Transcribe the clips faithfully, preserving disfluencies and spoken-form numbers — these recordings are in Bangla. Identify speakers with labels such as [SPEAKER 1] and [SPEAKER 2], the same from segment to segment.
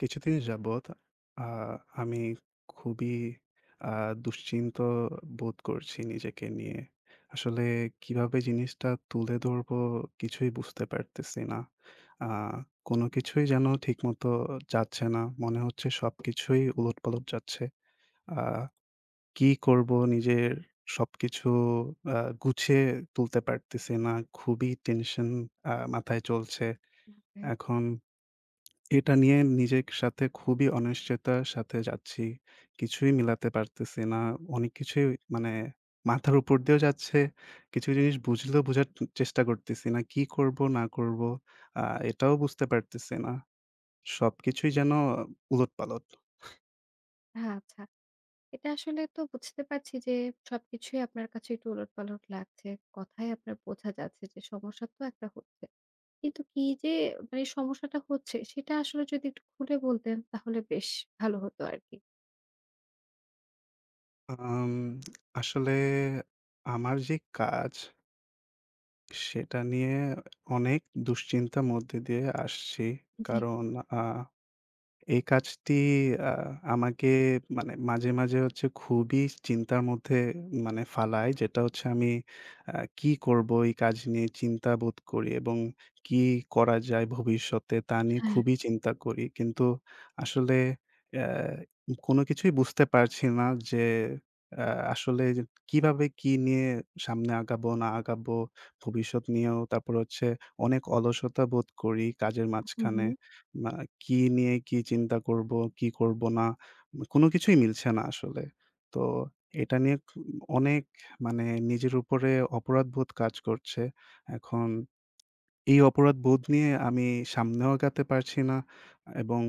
[SPEAKER 1] কিছুদিন যাবৎ আ আমি খুবই আ দুশ্চিন্ত বোধ করছি নিজেকে নিয়ে। আসলে কিভাবে জিনিসটা তুলে ধরবো কিছুই বুঝতে পারতেছি না। আ কোন কিছুই যেন ঠিকমতো যাচ্ছে না। মনে হচ্ছে সবকিছুই উলটপালট যাচ্ছে। আ কি করব নিজের সবকিছু আ গুছিয়ে তুলতে পারতেছি না। খুবই টেনশন আ মাথায় চলছে।
[SPEAKER 2] হ্যাঁ,
[SPEAKER 1] এখন এটা নিয়ে নিজের সাথে খুবই অনিশ্চয়তার সাথে যাচ্ছি। কিছুই মিলাতে পারতেছি না। অনেক কিছুই মানে মাথার উপর দিয়েও যাচ্ছে। কিছু জিনিস বুঝলেও বোঝার ট চেষ্টা করতেছি না। কি করব না করব আ এটাও বুঝতে পারতেছি না। সবকিছুই যেন উলটপালট।
[SPEAKER 2] হ্যাঁ, আচ্ছা। এটা আসলে তো বুঝতে পারছি যে সবকিছুই আপনার কাছে একটু উলটপালট লাগছে। কথায় আপনার বোঝা যাচ্ছে যে সমস্যা তো একটা হচ্ছে। কিন্তু কি যে মানে সমস্যাটা হচ্ছে সেটা আসলে যদি একটু খুলে বলতেন তাহলে বেশ ভালো হতো আরকি।
[SPEAKER 1] আম আসলে আমার যে কাজ সেটা নিয়ে অনেক দুশ্চিন্তার মধ্যে দিয়ে আসছি।
[SPEAKER 2] জি,
[SPEAKER 1] কারণ আ এই কাজটি আ আমাকে মানে মাঝে, মাঝে হচ্ছে খুবই চিন্তার মধ্যে মানে ফালায়। যেটা হচ্ছে আমি আ কি করব এই কাজ নিয়ে চিন্তা বোধ করি এবং কি করা যায় ভবিষ্যতে তা নিয়ে
[SPEAKER 2] হ্যাঁ।
[SPEAKER 1] খুবই চিন্তা করি। কিন্তু আসলে অ্যা কোনো কিছুই বুঝতে পারছি না যে আ আসলে যে কিভাবে কি নিয়ে সামনে আগাবো না আগাবো ভবিষ্যৎ নিয়েও। তারপর হচ্ছে অনেক অলসতা বোধ করি কাজের
[SPEAKER 2] হু, হু।
[SPEAKER 1] মাঝখানে। না কি নিয়ে কি চিন্তা করব, কি করব না, কোনো কিছুই মিলছে না আসলে। তো এটা নিয়ে খু অনেক মানে নিজের উপরে অপরাধবোধ কাজ করছে। এখন এই অপরাধবোধ নিয়ে আমি সামনেও আগাতে পারছি না এবং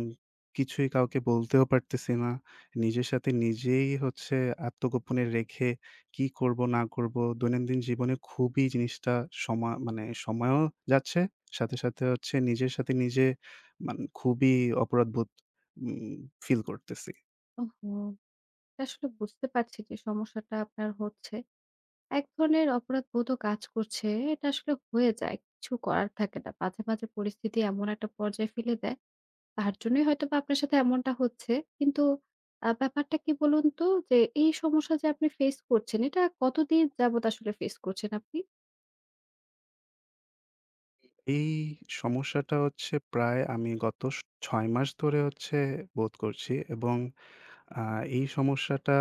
[SPEAKER 1] কিছুই কাউকে বলতেও পারতেছি না। নিজের সাথে নিজেই হচ্ছে আত্মগোপনে রেখে কি করব না করব দৈনন্দিন জীবনে খুবই জিনিসটা সমা মানে সময়ও যাচ্ছে। সাথে, সাথে হচ্ছে নিজের সাথে নিজে মান খুবই অপরাধবোধ উম ফিল করতেছি।
[SPEAKER 2] ওহো! এটা আসলে বুঝতে পারছি যে সমস্যাটা আপনার হচ্ছে। এক ধরনের অপরাধবোধও কাজ করছে। এটা আসলে হয়ে যায়। কিছু করার থাকে না। মাঝে, মাঝে পরিস্থিতি এমন একটা পর্যায়ে ফেলে দেয় তার জন্যই হয়তোবা আপনার সাথে এমনটা হচ্ছে। কিন্তু আ ব্যাপারটা কি বলুন তো? যে এই সমস্যা যে আপনি ফেস করছেন, এটা কতদিন যাবত আসলে ফেস করছেন আপনি?
[SPEAKER 1] এই সমস্যাটা হচ্ছে প্রায় আমি গত স ছয় মাস ধরে হচ্ছে বোধ করছি এবং আ এই সমস্যাটা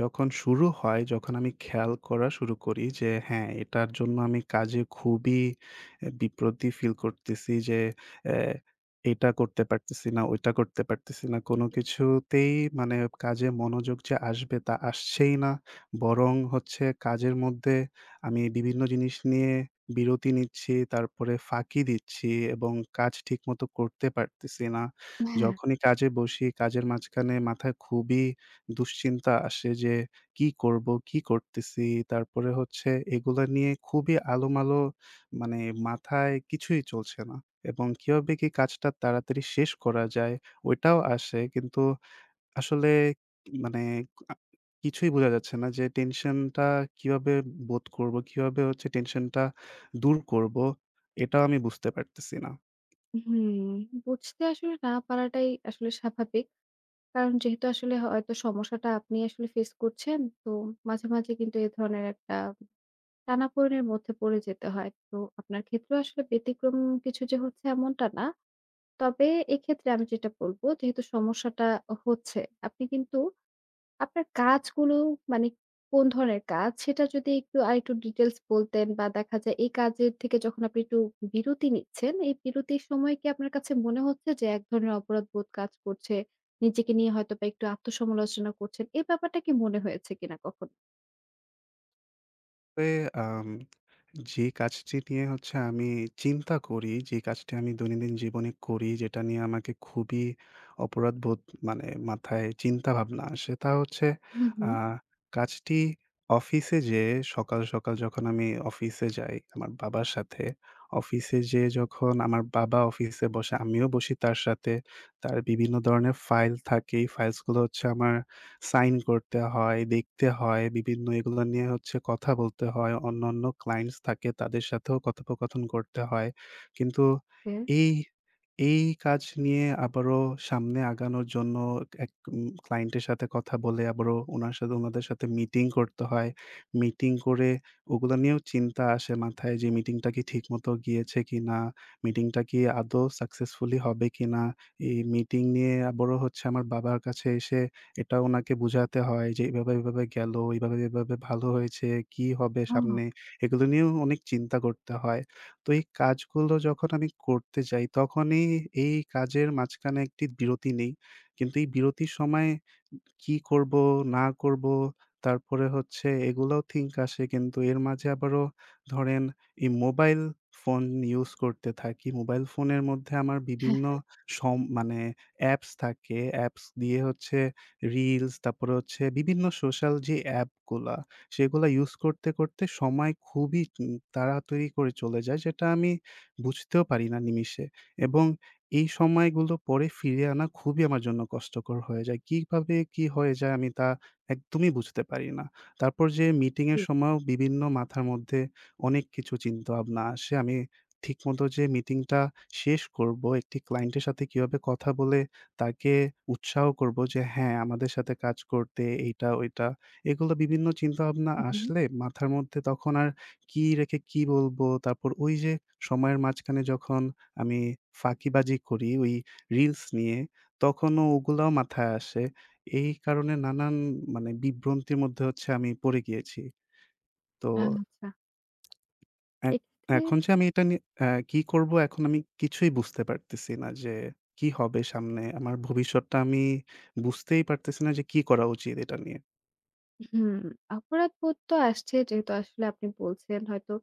[SPEAKER 1] যখন শুরু হয়, যখন আমি খেয়াল করা শুরু করি যে হ্যাঁ, এটার জন্য আমি কাজে খুবই অ্যা বিপ্রতি ফিল করতেছি যে অ্যা এটা করতে পারতেছি না, ওইটা করতে পারতেছি না। কোনো কিছুতেই মানে কাজে মনোযোগ যে আসবে তা আসছেই না। বরং হচ্ছে কাজের মধ্যে আমি বিভিন্ন জিনিস নিয়ে বিরতি নিচ্ছি, তারপরে ফাঁকি দিচ্ছি এবং কাজ ঠিকমতো করতে পারতেছি না।
[SPEAKER 2] হ্যাঁ।
[SPEAKER 1] যখনই কাজে বসি, কাজের মাঝখানে মাথায় খুবই দুশ্চিন্তা আসে যে, "কি করব? কি করতেছি?" তারপরে হচ্ছে এগুলা নিয়ে খুবই আলোমালো মানে মাথায় কিছুই চলছে না। এবং কিভাবে কি কাজটা তাড়াতাড়ি শেষ করা যায়, ওইটাও আসে। কিন্তু আসলে মানে আ কিছুই বোঝা যাচ্ছে না যে টেনশনটা কিভাবে বোধ করব? কিভাবে হচ্ছে টেনশনটা দূর করব? এটাও আমি বুঝতে পারতেছি না।
[SPEAKER 2] হুম, বুঝতে আসলে না পারাটাই আসলে স্বাভাবিক। কারণ যেহেতু আসলে হয়তো সমস্যাটা আপনি আসলে ফেস করছেন, তো মাঝে, মাঝে কিন্তু এ ধরনের একটা টানাপোড়েনের মধ্যে পড়ে যেতে হয়। তো আপনার ক্ষেত্রেও আসলে ব্যতিক্রম কিছু যে হচ্ছে এমনটা না। তবে এক্ষেত্রে আমি যেটা বলব, যেহেতু সমস্যাটা হচ্ছে, আপনি কিন্তু আপনার কাজগুলো মানে কোন ধরনের কাজ? সেটা যদি একটু আরেকটু ডিটেইলস বলতেন বা দেখা যায় এই কাজের থেকে যখন আপনি একটু বিরতি নিচ্ছেন, এই বিরতির সময় কি আপনার কাছে মনে হচ্ছে যে এক ধরনের অপরাধবোধ কাজ করছে? নিজেকে নিয়ে হয়তোবা একটু আত্মসমালোচনা করছেন। এই ব্যাপারটা কি মনে হয়েছে কিনা কখনো?
[SPEAKER 1] তবে আম যে কাজটি নিয়ে হচ্ছে আমি চিন্তা করি, যে কাজটি আমি দৈনন্দিন জীবনে করি, যেটা নিয়ে আমাকে খুবই অপরাধবোধ মানে মাথায় চিন্তাভাবনা আসে, তা হচ্ছে
[SPEAKER 2] হুম,
[SPEAKER 1] আ
[SPEAKER 2] হুম।
[SPEAKER 1] কাজটি অফিসে যেয়ে সকাল, সকাল যখন আমি অফিসে যাই আমার বাবার সাথে, অফিসে যেয়ে যখন আমার বাবা অফিসে বসে, আমিও বসি তার সাথে। তার বিভিন্ন ধরনের ফাইল থাকে, এই ফাইলসগুলো হচ্ছে আমার সাইন করতে হয়, দেখতে হয়, বিভিন্ন এগুলো নিয়ে হচ্ছে কথা বলতে হয়। অন্যান্য ক্লায়েন্টস থাকে তাদের সাথেও কথোপকথন করতে হয়। কিন্তু
[SPEAKER 2] হ্যাঁ।
[SPEAKER 1] এই, এই কাজ নিয়ে আবারও সামনে আগানোর জন্য এক উম ক্লায়েন্টের সাথে কথা বলে আবারও উনার সাথে উনাদের সাথে মিটিং করতে হয়। মিটিং করে ওগুলো নিয়েও চিন্তা আসে মাথায় যে মিটিংটা কি ঠিকমতো গিয়েছে কিনা? মিটিংটা কি আদৌ সাকসেসফুলি হবে কিনা? এই মিটিং নিয়ে আবারও হচ্ছে আমার বাবার কাছে এসে এটা ওনাকে বুঝাতে হয় যে এভাবে, এভাবে গেল, এভাবে, এভাবে ভালো হয়েছে, কি হবে
[SPEAKER 2] ও
[SPEAKER 1] সামনে? এগুলো নিয়েও অনেক চিন্তা করতে হয়। তো এই কাজগুলো যখন আমি করতে যাই তখনই এই কাজের মাঝখানে একটি বিরতি নেই। কিন্তু এই বিরতির সময় কি করব, না করব, তারপরে হচ্ছে এগুলাও think আসে। কিন্তু এর মাঝে আবারও ধরেন এই মোবাইল ফোন ইউজ করতে থাকি। মোবাইল ফোনের মধ্যে আমার
[SPEAKER 2] হ্যাঁ,
[SPEAKER 1] বিভিন্ন সম মানে অ্যাপস থাকে। অ্যাপস দিয়ে হচ্ছে রিলস, তারপরে হচ্ছে বিভিন্ন সোশ্যাল যে অ্যাপগুলা, সেগুলা ইউজ করতে, করতে সময় খুবই উম তাড়াতাড়ি করে চলে যায়, যেটা আমি বুঝতেও পারি না নিমিষে। এবং এই সময়গুলো পরে ফিরিয়ে আনা খুবই আমার জন্য কষ্টকর হয়ে যায়। কিভাবে কি হয়ে যায় আমি তা একদমই বুঝতে পারি না। তারপর যে মিটিং এর
[SPEAKER 2] জি।
[SPEAKER 1] সময়ও বিভিন্ন মাথার মধ্যে অনেক কিছু চিন্তাভাবনা আসে। আমি ঠিকমতো যে মিটিংটা শেষ করব, একটি ক্লায়েন্টের সাথে কিভাবে কথা বলে তাকে উৎসাহ করব যে হ্যাঁ, আমাদের সাথে কাজ করতে এইটা ওইটা। এগুলো বিভিন্ন চিন্তাভাবনা
[SPEAKER 2] হুম, হুম।
[SPEAKER 1] আসলে মাথার মধ্যে তখন আর কি রেখে কি বলব? তারপর ওই যে সময়ের মাঝখানে যখন আমি ফাঁকিবাজি করি ওই রিলস নিয়ে, তখনও ওগুলাও মাথায় আসে। এই কারণে নানান মানে বিভ্রান্তির মধ্যে হচ্ছে আমি পড়ে গিয়েছি। তো
[SPEAKER 2] আচ্ছা।
[SPEAKER 1] এ
[SPEAKER 2] এক্ষেত্রে
[SPEAKER 1] এখন যে আমি এটা নিয়ে অ্যা কি করব এখন আমি কিছুই বুঝতে পারতেছি না যে কি হবে সামনে? আমার ভবিষ্যৎটা আমি বুঝতেই পারতেছি না যে কি করা উচিত এটা নিয়ে।
[SPEAKER 2] হুম, অপরাধবোধ তো আসছে যেহেতু আসলে আপনি বলছেন হয়তো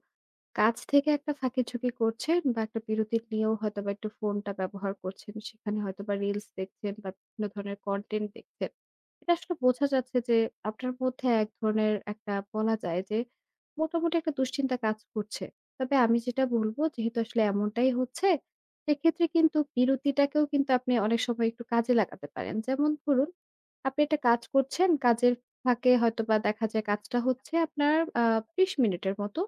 [SPEAKER 2] কাজ থেকে একটা ফাঁকিঝুঁকি করছেন বা একটা বিরতি নিয়েও হয়তোবা একটু ফোনটা ব্যবহার করছেন। সেখানে হয়তোবা রিলস দেখছেন বা বিভিন্ন ধরনের কনটেন্ট দেখছেন। এটা আসলে বোঝা যাচ্ছে যে আপনার মধ্যে এক ধরনের একটা বলা যায় যে মোটামুটি একটা দুশ্চিন্তা কাজ করছে। তবে আমি যেটা বলব যেহেতু আসলে এমনটাই হচ্ছে, সেক্ষেত্রে কিন্তু বিরতিটাকেও কিন্তু আপনি অনেক সময় একটু কাজে লাগাতে পারেন। যেমন ধরুন আপনি একটা কাজ করছেন, কাজের ফাঁকে হয়তোবা দেখা যায় কাজটা হচ্ছে আপনার আ বিশ মিনিটের মতো।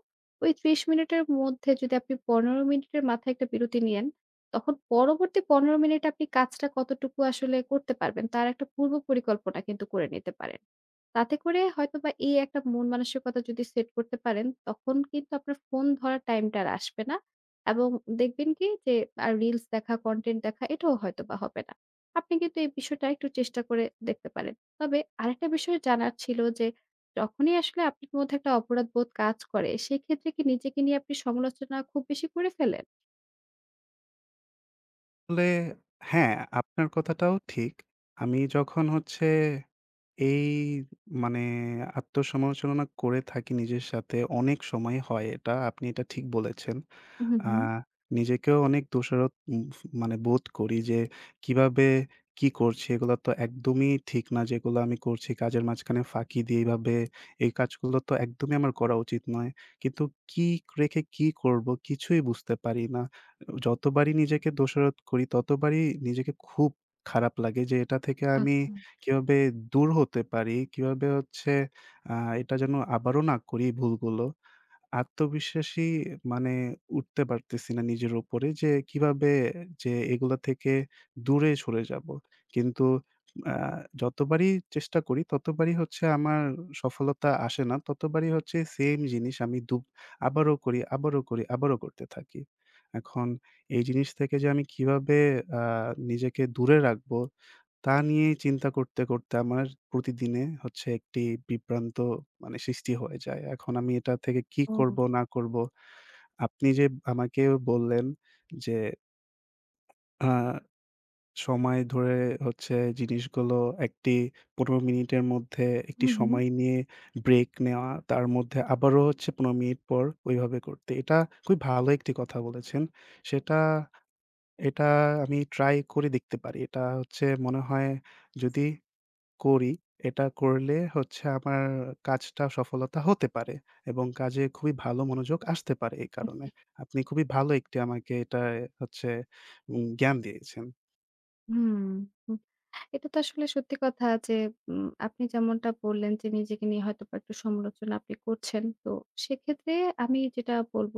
[SPEAKER 2] ওই ত্রিশ মিনিটের মধ্যে যদি আপনি পনেরো মিনিটের মাথায় একটা বিরতি নিয়েন, তখন পরবর্তী পনেরো মিনিট আপনি কাজটা কতটুকু আসলে করতে পারবেন, তার একটা পূর্ব পরিকল্পনা কিন্তু করে নিতে পারেন। তাতে করে হয়তোবা এই একটা মন মানসিকতা যদি সেট করতে পারেন, তখন কিন্তু আপনার ফোন ধরার টাইমটা আর আসবে না। এবং দেখবেন কি যে আর রিলস দেখা, কনটেন্ট দেখা এটাও হয়তোবা হবে না। আপনি কিন্তু এই বিষয়টা একটু চেষ্টা করে দেখতে পারেন। তবে আরেকটা বিষয় জানার ছিল যে, যখনই আসলে আপনার মধ্যে একটা অপরাধবোধ কাজ করে, সেক্ষেত্রে কি নিজেকে নিয়ে আপনি সমালোচনা খুব বেশি করে ফেলেন?
[SPEAKER 1] আসলে হ্যাঁ, আপনার কথাটাও ঠিক। আমি যখন হচ্ছে এই মানে আত্মসমালোচনা করে থাকি নিজের সাথে। অনেক সময় হয় এটা। আপনি এটা ঠিক বলেছেন।
[SPEAKER 2] হুম,
[SPEAKER 1] আ
[SPEAKER 2] হুম।
[SPEAKER 1] নিজেকেও অনেক দোষারত উম মানে বোধ করি যে কিভাবে কি করছি এগুলো তো একদমই ঠিক না। যেগুলো আমি করছি কাজের মাঝখানে ফাঁকি দিয়ে এভাবে এই কাজগুলো তো একদমই আমার করা উচিত নয়। কিন্তু কি রেখে কি করব কিছুই বুঝতে পারি না। যতবারই নিজেকে দোষারোপ করি ততবারই নিজেকে খুব খারাপ লাগে যে এটা থেকে আমি
[SPEAKER 2] আচ্ছা।
[SPEAKER 1] কিভাবে দূর হতে পারি, কিভাবে হচ্ছে আ এটা যেন আবারও না করি ভুলগুলো। আত্মবিশ্বাসী মানে উঠতে পারতেছি না নিজের উপরে যে কিভাবে যে এগুলা থেকে দূরে সরে যাব। কিন্তু আ যতবারই চেষ্টা করি ততবারই হচ্ছে আমার সফলতা আসে না। ততবারই হচ্ছে সেইম জিনিস আমি দু আবারও করি, আবারও করি, আবারও করতে থাকি। এখন এই জিনিস থেকে যে আমি কিভাবে আ নিজেকে দূরে রাখবো তা নিয়েই চিন্তা করতে, করতে আমার প্রতিদিনে হচ্ছে একটি বিভ্রান্ত মানে সৃষ্টি হয়ে যায়। এখন আমি এটা থেকে কি
[SPEAKER 2] ও।
[SPEAKER 1] করব না করব? আপনি যে আমাকে বললেন যে আ সময় ধরে হচ্ছে জিনিসগুলো একটি পনেরো মিনিটের মধ্যে একটি
[SPEAKER 2] হুম, হুম।
[SPEAKER 1] সময় নিয়ে ব্রেক নেওয়া, তার মধ্যে আবারও হচ্ছে পনেরো মিনিট পর ওইভাবে করতে। এটা খুবই ভালো একটি কথা বলেছেন। সেটা এটা আমি ট্রাই করে দেখতে পারি। এটা হচ্ছে মনে হয় যদি করি। এটা করলে হচ্ছে আমার কাজটা সফলতা হতে পারে এবং কাজে খুবই ভালো মনোযোগ আসতে পারে এই কারণে।
[SPEAKER 2] জি।
[SPEAKER 1] আপনি খুবই ভালো একটি আমাকে এটা হচ্ছে উম জ্ঞান দিয়েছেন।
[SPEAKER 2] হুম। এটা তো আসলে সত্যি কথা যে উম, আপনি যেমনটা বললেন যে নিজেকে নিয়ে হয়তোবা একটু সমালোচনা আপনি করছেন। তো সেক্ষেত্রে আমি যেটা বলব,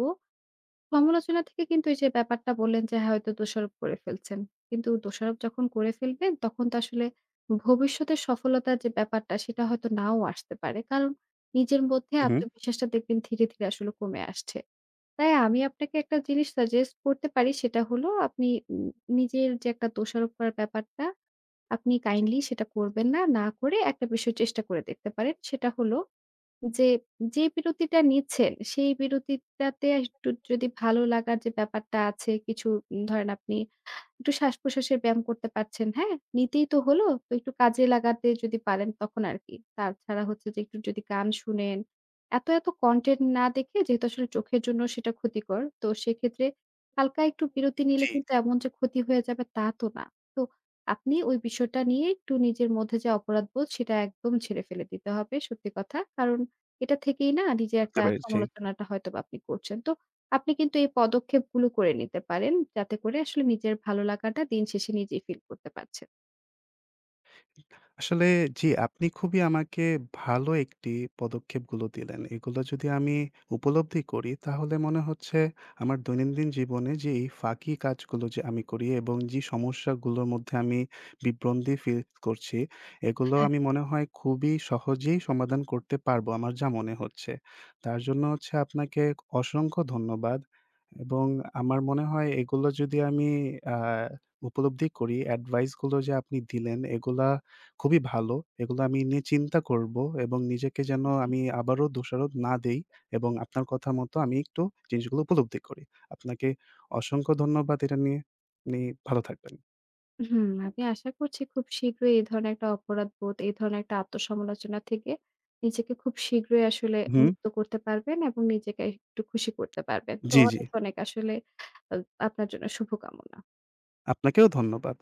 [SPEAKER 2] সমালোচনা থেকে কিন্তু এই যে ব্যাপারটা বললেন যে হ্যাঁ, হয়তো দোষারোপ করে ফেলছেন। কিন্তু দোষারোপ যখন করে ফেলবেন তখন তো আসলে ভবিষ্যতের সফলতার যে ব্যাপারটা সেটা হয়তো নাও আসতে পারে। কারণ নিজের মধ্যে
[SPEAKER 1] হু, হু।
[SPEAKER 2] আত্মবিশ্বাসটা দেখবেন ধীরে, ধীরে আসলে কমে আসছে। তাই আমি আপনাকে একটা জিনিস সাজেস্ট করতে পারি সেটা হলো আপনি উম নিজের যে একটা দোষারোপ করার ব্যাপারটা আপনি
[SPEAKER 1] জি,
[SPEAKER 2] কাইন্ডলি সেটা করবেন না। না করে একটা বিষয় চেষ্টা করে দেখতে পারেন। সেটা হলো যে, যে বিরতিটা নিচ্ছেন সেই বিরতিটাতে একটু যদি ভালো লাগার যে ব্যাপারটা আছে কিছু উম, ধরেন আপনি একটু শ্বাস-প্রশ্বাসের ব্যায়াম করতে পারছেন, হ্যাঁ? নিতেই তো হলো। তো একটু কাজে লাগাতে যদি পারেন তখন আরকি। তাছাড়া হচ্ছে যে একটু যদি গান শুনেন, এত, এত কনটেন্ট না দেখে যেহেতু আসলে চোখের জন্য সেটা ক্ষতিকর। তো সেক্ষেত্রে হালকা একটু বিরতি নিলে
[SPEAKER 1] জি,
[SPEAKER 2] কিন্তু এমন যে ক্ষতি হয়ে যাবে তা তো না। তো আপনি ওই বিষয়টা নিয়ে একটু নিজের মধ্যে যে অপরাধবোধ সেটা একদম ঝেড়ে ফেলে দিতে হবে সত্যি কথা। কারণ এটা থেকেই না নিজের
[SPEAKER 1] বুঝতে
[SPEAKER 2] একটা
[SPEAKER 1] পেরেছি।
[SPEAKER 2] সমালোচনাটা হয়তোবা আপনি করছেন। তো আপনি কিন্তু এই পদক্ষেপগুলো করে নিতে পারেন। যাতে করে আসলে নিজের ভালো লাগাটা দিন শেষে নিজেই ফিল করতে পারছেন।
[SPEAKER 1] আসলে জি, আপনি খুবই আমাকে ভালো একটি পদক্ষেপগুলো দিলেন। এগুলো যদি আমি উপলব্ধি করি তাহলে মনে হচ্ছে আমার দৈনন্দিন জীবনে যে এই ফাঁকি কাজগুলো যে আমি করি এবং যে সমস্যাগুলোর মধ্যে আমি বিভ্রন্দি ফিল করছি, এগুলো
[SPEAKER 2] হ্যাঁ,
[SPEAKER 1] আমি মনে হয় খুবই সহজেই সমাধান করতে পারবো আমার যা মনে হচ্ছে। তার জন্য হচ্ছে আপনাকে অসংখ্য ধন্যবাদ এবং আমার মনে হয় এগুলো যদি আমি আ উপলব্ধি করি, অ্যাডভাইসগুলো যে আপনি দিলেন এগুলা খুবই ভালো। এগুলো আমি নিয়ে চিন্তা করব এবং নিজেকে যেন
[SPEAKER 2] জি।
[SPEAKER 1] আমি আবারও দোষারোপ না দেই এবং আপনার কথা মতো আমি একটু জিনিসগুলো উপলব্ধি করি। আপনাকে অসংখ্য ধন্যবাদ এটা নিয়ে। আপনি ভালো থাকবেন।
[SPEAKER 2] হুম, আমি আশা করছি খুব শীঘ্রই এই ধরনের একটা অপরাধবোধ, এই ধরনের একটা আত্মসমালোচনা থেকে নিজেকে খুব শীঘ্রই আসলে
[SPEAKER 1] হুম,
[SPEAKER 2] মুক্ত করতে পারবেন এবং নিজেকে একটু খুশি করতে পারবেন। তো
[SPEAKER 1] জি, জি।
[SPEAKER 2] অনেক, অনেক আসলে আ আপনার জন্য শুভকামনা।
[SPEAKER 1] আপনাকেও ধন্যবাদ।